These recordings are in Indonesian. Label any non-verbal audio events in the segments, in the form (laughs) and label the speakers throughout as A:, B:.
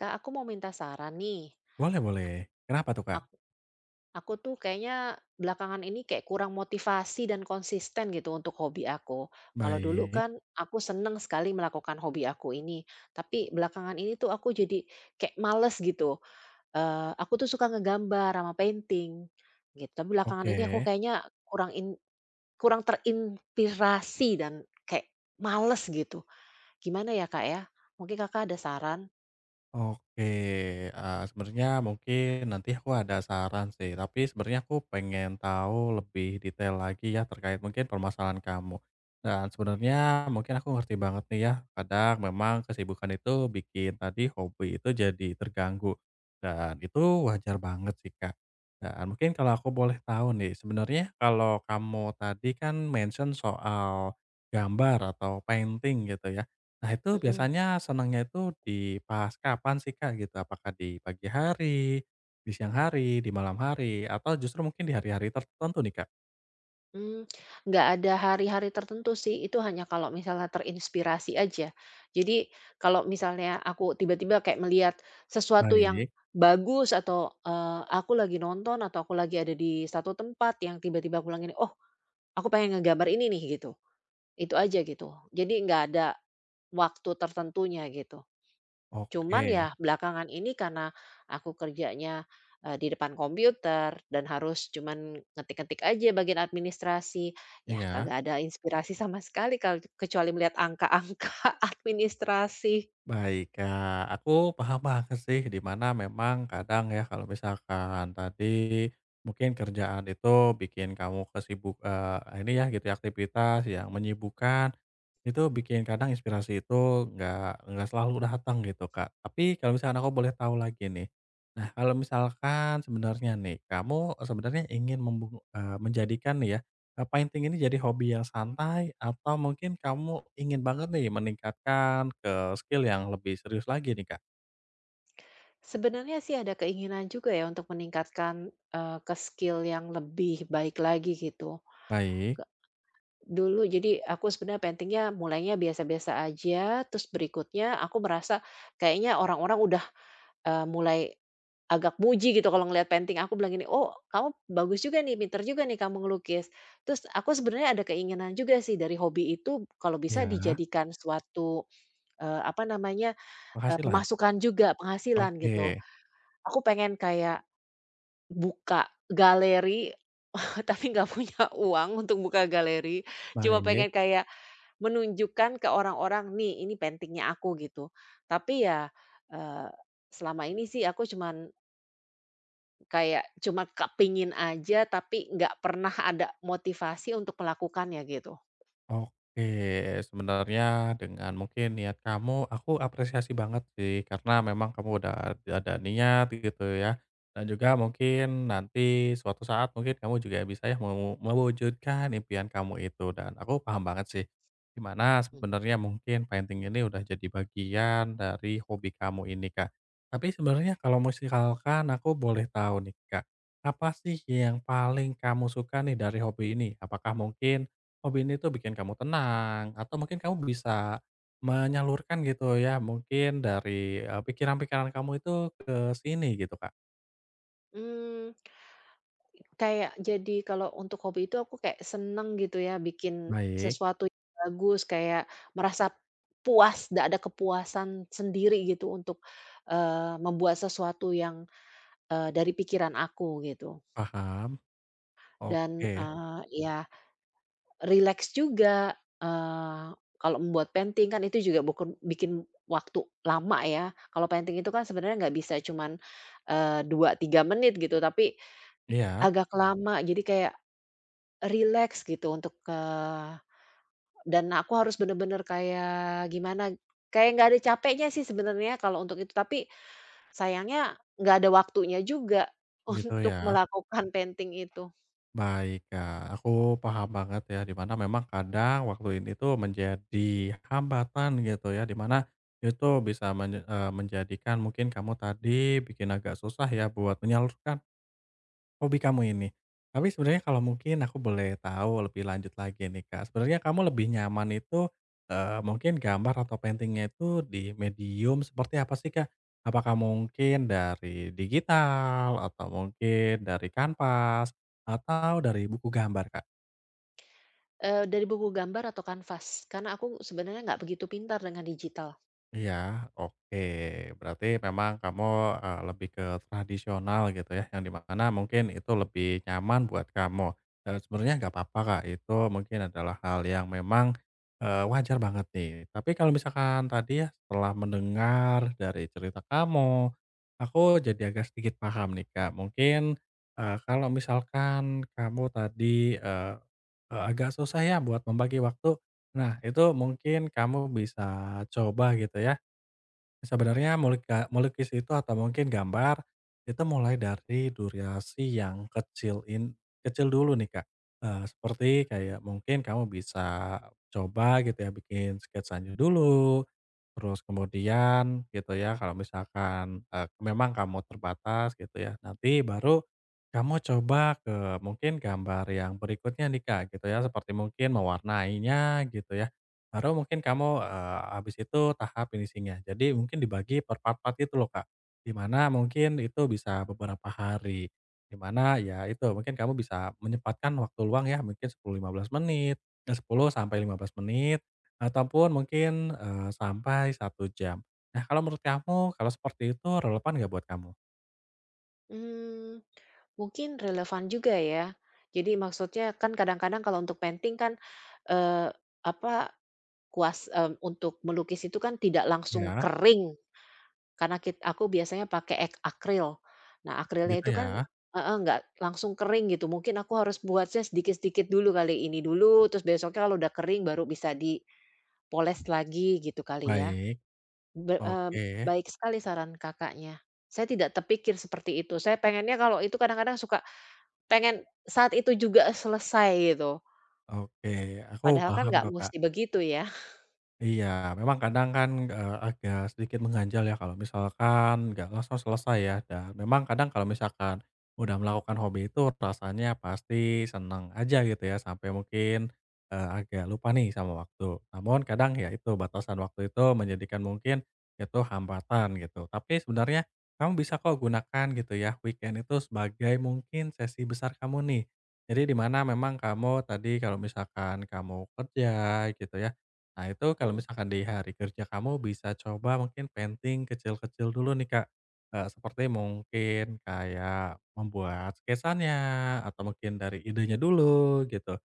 A: Kak, aku mau minta saran nih.
B: Boleh boleh. Kenapa tuh, Kak?
A: Aku, aku tuh kayaknya belakangan ini kayak kurang motivasi dan konsisten gitu untuk hobi aku. Kalau dulu
B: Baik,
A: kan aku seneng sekali melakukan hobi aku ini, tapi belakangan ini tuh aku jadi kayak males gitu. Eh, aku tuh suka ngegambar sama painting gitu, tapi belakangan ini aku
B: oke.
A: kayaknya kurang kurang terinspirasi dan kayak males gitu. Gimana ya Kak ya? Mungkin Kakak ada saran?
B: Oke, sebenarnya mungkin nanti aku ada saran sih, tapi sebenarnya aku pengen tahu lebih detail lagi ya terkait mungkin permasalahan kamu. Dan sebenarnya mungkin aku ngerti banget nih ya, kadang memang kesibukan itu bikin tadi hobi itu jadi terganggu, dan itu wajar banget sih, Kak. Dan mungkin kalau aku boleh tahu nih, sebenarnya kalau kamu tadi kan mention soal gambar atau painting gitu ya, nah itu
A: Mm-mm.
B: biasanya senangnya itu di pas kapan sih Kak gitu? Apakah di pagi hari, di siang hari, di malam hari, atau justru mungkin di hari-hari tertentu nih Kak?
A: Mmm, nggak ada hari-hari tertentu sih, itu hanya kalau misalnya terinspirasi aja. Jadi kalau misalnya aku tiba-tiba kayak melihat sesuatu yang
B: Baik.
A: bagus atau, aku lagi nonton atau aku lagi ada di satu tempat yang tiba-tiba aku bilang gini, "Oh, aku pengen ngegambar ini nih," gitu. Itu aja gitu. Jadi nggak ada waktu tertentunya gitu. Cuman ya
B: Oke,
A: belakangan ini karena aku kerjanya, di depan komputer dan harus cuman ngetik-ngetik aja bagian administrasi, ya
B: iya.
A: kagak ada inspirasi sama sekali kecuali melihat angka-angka (laughs) administrasi.
B: Baik, Kak. Aku paham banget sih di mana memang kadang ya kalau misalkan tadi mungkin kerjaan itu bikin kamu kesibuk ini ya gitu ya aktivitas yang menyibukkan, itu bikin kadang inspirasi itu nggak selalu datang gitu, Kak. Tapi kalau misalkan aku boleh tahu lagi nih, nah kalau misalkan sebenarnya nih, kamu sebenarnya ingin menjadikan nih ya Eee, painting ini jadi hobi yang santai atau mungkin kamu ingin banget nih meningkatkan ke skill yang lebih serius lagi nih, Kak?
A: Sebenarnya sih ada keinginan juga ya untuk meningkatkan, ke skill yang lebih baik lagi gitu.
B: Baik.
A: Ke Dulu jadi aku sebenarnya pentingnya mulainya biasa-biasa aja, terus berikutnya aku merasa kayaknya orang-orang udah, mulai agak muji gitu kalau ngelihat painting aku bilang gini, "Oh kamu bagus juga nih, pinter juga nih kamu ngelukis." Terus aku sebenarnya ada keinginan juga sih dari hobi itu kalau bisa
B: Ya.
A: dijadikan suatu, apa namanya,
B: Iya, penghasilan?
A: pemasukan juga, penghasilan gitu.
B: Oke,
A: Aku pengen kayak buka galeri, (laughs) tapi nggak punya uang untuk buka galeri, cuma
B: baik.
A: pengen kayak menunjukkan ke orang-orang, "Nih ini painting aku," gitu. Tapi ya, eee, selama ini sih aku cuman kayak cuma kepingin aja tapi nggak pernah ada motivasi untuk melakukannya gitu.
B: Oke, sebenarnya dengan mungkin niat kamu, aku apresiasi banget sih karena memang kamu udah ada niat gitu ya. Dan juga mungkin nanti suatu saat mungkin kamu juga bisa ya mewujudkan impian kamu itu. Dan aku paham banget sih dimana
A: Hmm.
B: sebenarnya mungkin painting ini udah jadi bagian dari hobi kamu ini Kak. Tapi sebenarnya kalau musikalkan aku boleh tahu nih Kak, apa sih yang paling kamu suka nih dari hobi ini? Apakah mungkin hobi ini tuh bikin kamu tenang, atau mungkin kamu bisa menyalurkan gitu ya, mungkin dari, pikiran-pikiran kamu itu ke sini gitu, Kak.
A: Mmm, Kayak jadi kalau untuk hobi itu aku kayak seneng gitu ya bikin
B: Baik,
A: sesuatu yang bagus, kayak merasa puas ada kepuasan sendiri gitu untuk, membuat sesuatu yang, dari pikiran aku gitu.
B: paham,
A: Dan,
B: oke.
A: ya rileks juga, kalau membuat painting kan itu juga bukan bikin waktu lama ya. Kalau painting itu kan sebenarnya nggak bisa cuman, 2, 3 menit gitu, tapi
B: Iya,
A: agak, Mhm, lama. Jadi kayak rileks gitu untuk, dan aku harus bener-bener kayak gimana, kayak nggak ada capeknya sih sebenarnya kalau untuk itu, tapi sayangnya nggak ada waktunya juga (laughs)
B: gitu
A: untuk
B: ya.
A: melakukan painting itu,
B: Baik, Kak, aku paham banget ya, di mana memang kadang waktu ini tuh menjadi hambatan gitu ya, di mana itu bisa menjadikan mungkin kamu tadi bikin agak susah ya buat menyalurkan hobi kamu ini. Tapi sebenarnya kalau mungkin aku boleh tahu lebih lanjut lagi nih, Kak. Sebenarnya kamu lebih nyaman itu, mungkin gambar atau painting itu di medium seperti apa sih, Kak? Apakah mungkin dari digital atau mungkin dari kanvas atau dari buku gambar, Kak?
A: dari buku gambar atau kanvas, karena aku sebenarnya nggak begitu pintar dengan digital.
B: Iya, oke. Berarti memang kamu, lebih ke tradisional gitu ya, yang dimana mungkin itu lebih nyaman buat kamu. Dan sebenarnya nggak apa-apa Kak, itu mungkin adalah hal yang memang, wajar banget nih. Tapi kalau misalkan tadi ya, setelah mendengar dari cerita kamu, aku jadi agak sedikit paham nih Kak. Mungkin, kalau misalkan kamu tadi, eee eee, agak susah ya buat membagi waktu, nah itu mungkin kamu bisa coba gitu ya sebenarnya melukis itu atau mungkin gambar, itu mulai dari durasi yang kecil dulu nih, Kak. Seperti kayak mungkin kamu bisa coba gitu ya bikin sketsanya dulu, terus kemudian gitu ya kalau misalkan, memang kamu terbatas gitu ya, nanti baru kamu coba ke mungkin gambar yang berikutnya nih, Kak, gitu ya, seperti mungkin mewarnainya gitu ya. Baru mungkin kamu, habis itu tahap finishing. Jadi mungkin dibagi per part-part itu loh, Kak. Di mana mungkin itu bisa beberapa hari, di mana ya itu mungkin kamu bisa menyempatkan waktu luang ya mungkin 10, 15 menit, ya 10 sampai 15 menit, ataupun mungkin, sampai satu jam. Nah, kalau menurut kamu kalau seperti itu relevan nggak buat kamu?
A: Hmm, mungkin relevan juga ya. Jadi maksudnya kan kadang-kadang kalau untuk painting kan, eee, apa, kuas untuk melukis itu kan tidak langsung
B: Ya,
A: kering, karena aku biasanya pakai akril. Nah, akrilnya
B: gitu
A: itu kan
B: ya?
A: heeh, nggak langsung kering gitu, mungkin aku harus buatnya sedikit-sedikit dulu kali, ini dulu, terus besoknya kalau udah kering baru bisa dipoles lagi gitu kali ya?
B: Baik,
A: Be eee,
B: oke
A: Baik sekali saran Kakaknya. Saya tidak terpikir seperti itu. Saya pengennya kalau itu kadang-kadang suka pengen saat itu juga selesai gitu.
B: oke, aku
A: Padahal kan
B: paham
A: nggak
B: kok, Kak.
A: musti begitu ya.
B: Iya, memang kadang kan, agak sedikit mengganjal ya kalau misalkan nggak langsung selesai ya, dan memang kadang kalau misalkan udah melakukan hobi itu rasanya pasti senang aja gitu ya, sampai mungkin, agak lupa nih sama waktu. Namun kadang ya itu batasan waktu itu menjadikan mungkin itu hambatan gitu. Tapi sebenarnya kamu bisa kok gunakan gitu ya weekend itu sebagai mungkin sesi besar kamu nih. Jadi di mana memang kamu tadi kalau misalkan kamu kerja gitu ya, nah, itu kalau
A: Mhm.
B: misalkan di hari kerja kamu bisa coba mungkin painting kecil-kecil dulu nih, Kak. Seperti mungkin kayak membuat sketsanya atau mungkin dari idenya dulu gitu.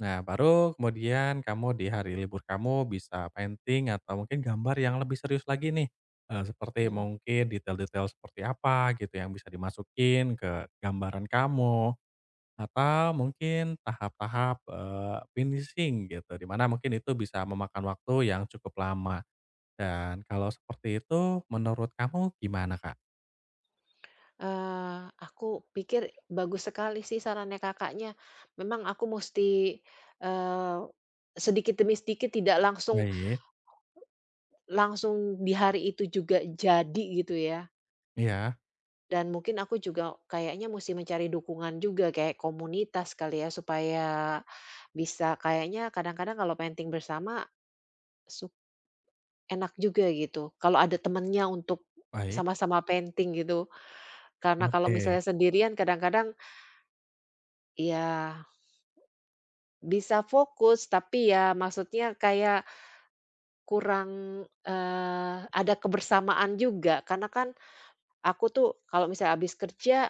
B: Nah, baru kemudian kamu di hari libur kamu bisa painting atau mungkin gambar yang lebih serius lagi nih, seperti
A: Mhm.
B: mungkin detail-detail seperti apa gitu yang bisa dimasukin ke gambaran kamu. Atau mungkin tahap-tahap, finishing gitu, di mana mungkin itu bisa memakan waktu yang cukup lama. Dan kalau seperti itu menurut kamu gimana, Kak?
A: Aku pikir bagus sekali sih sarannya Kakaknya. Memang aku musti, eee, sedikit demi sedikit tidak langsung
B: Baik,
A: langsung di hari itu juga jadi gitu ya.
B: iya,
A: Dan mungkin aku juga kayaknya mesti mencari dukungan juga kayak komunitas kali ya supaya bisa kayaknya kadang-kadang kalau painting bersama su enak juga gitu, kalau ada temennya untuk
B: baik,
A: sama-sama painting gitu. Karena kalau
B: oke,
A: misalnya sendirian kadang-kadang ya bisa fokus tapi ya maksudnya kayak kurang, ada kebersamaan juga karena kan aku tuh kalau misalnya habis kerja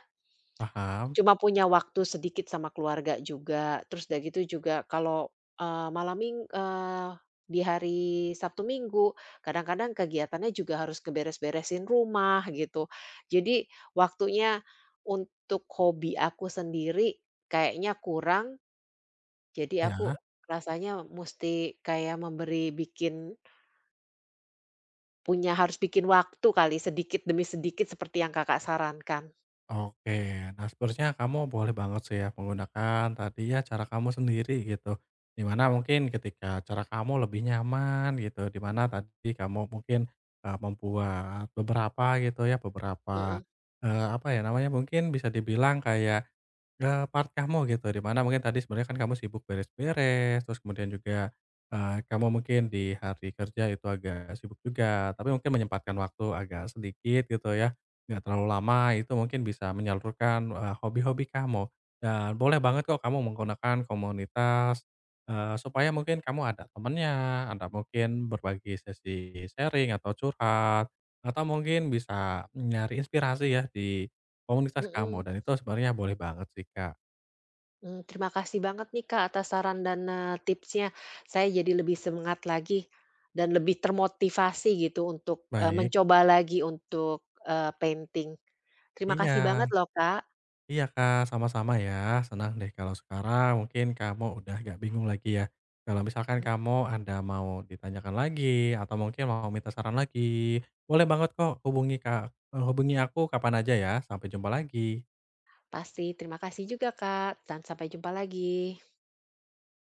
B: paham,
A: cuma punya waktu sedikit sama keluarga juga, terus udah gitu juga kalau, eee, malam ming eee, di hari Sabtu Minggu, kadang-kadang kegiatannya juga harus beresin rumah gitu. Jadi waktunya untuk hobi aku sendiri kayaknya kurang, jadi aku
B: ya,
A: rasanya mesti kayak memberi bikin punya harus bikin waktu kali sedikit demi sedikit seperti yang Kakak sarankan.
B: oke. Nah, sebenarnya kamu boleh banget sih ya menggunakan tadi ya cara kamu sendiri gitu. Di mana mungkin ketika cara kamu lebih nyaman gitu, di mana tadi kamu mungkin, membuat beberapa gitu ya, beberapa,
A: Mhm,
B: apa ya namanya, mungkin bisa dibilang kayak part kamu gitu, di mana mungkin tadi sebenarnya kan kamu sibuk beres-beres, terus kemudian juga, kamu mungkin di hari kerja itu agak sibuk juga, tapi mungkin menyempatkan waktu agak sedikit gitu ya, nggak terlalu lama, itu mungkin bisa menyalurkan, hobi-hobi kamu. Dan boleh banget kok kamu menggunakan komunitas, supaya mungkin kamu ada temennya, ada mungkin berbagi sesi sharing atau curhat, atau mungkin bisa nyari inspirasi ya di komunitas
A: mhm.
B: kamu, dan itu sebenarnya boleh banget sih, Kak.
A: Terima kasih banget nih, Kak, atas saran dan, tipsnya. Saya jadi lebih semangat lagi dan lebih termotivasi gitu untuk,
B: Baik.
A: mencoba lagi untuk, painting. Terima
B: Iya.
A: kasih banget loh, Kak.
B: Iya, Kak, sama-sama ya. Senang deh kalau sekarang mungkin kamu udah gak bingung lagi ya. Kalau misalkan
A: Mhm,
B: kamu ada mau ditanyakan lagi atau mungkin mau minta saran lagi, boleh banget kok hubungi, Kak hubungi aku kapan aja ya. Sampai jumpa lagi.
A: pasti. Terima kasih juga, Kak, dan sampai jumpa lagi.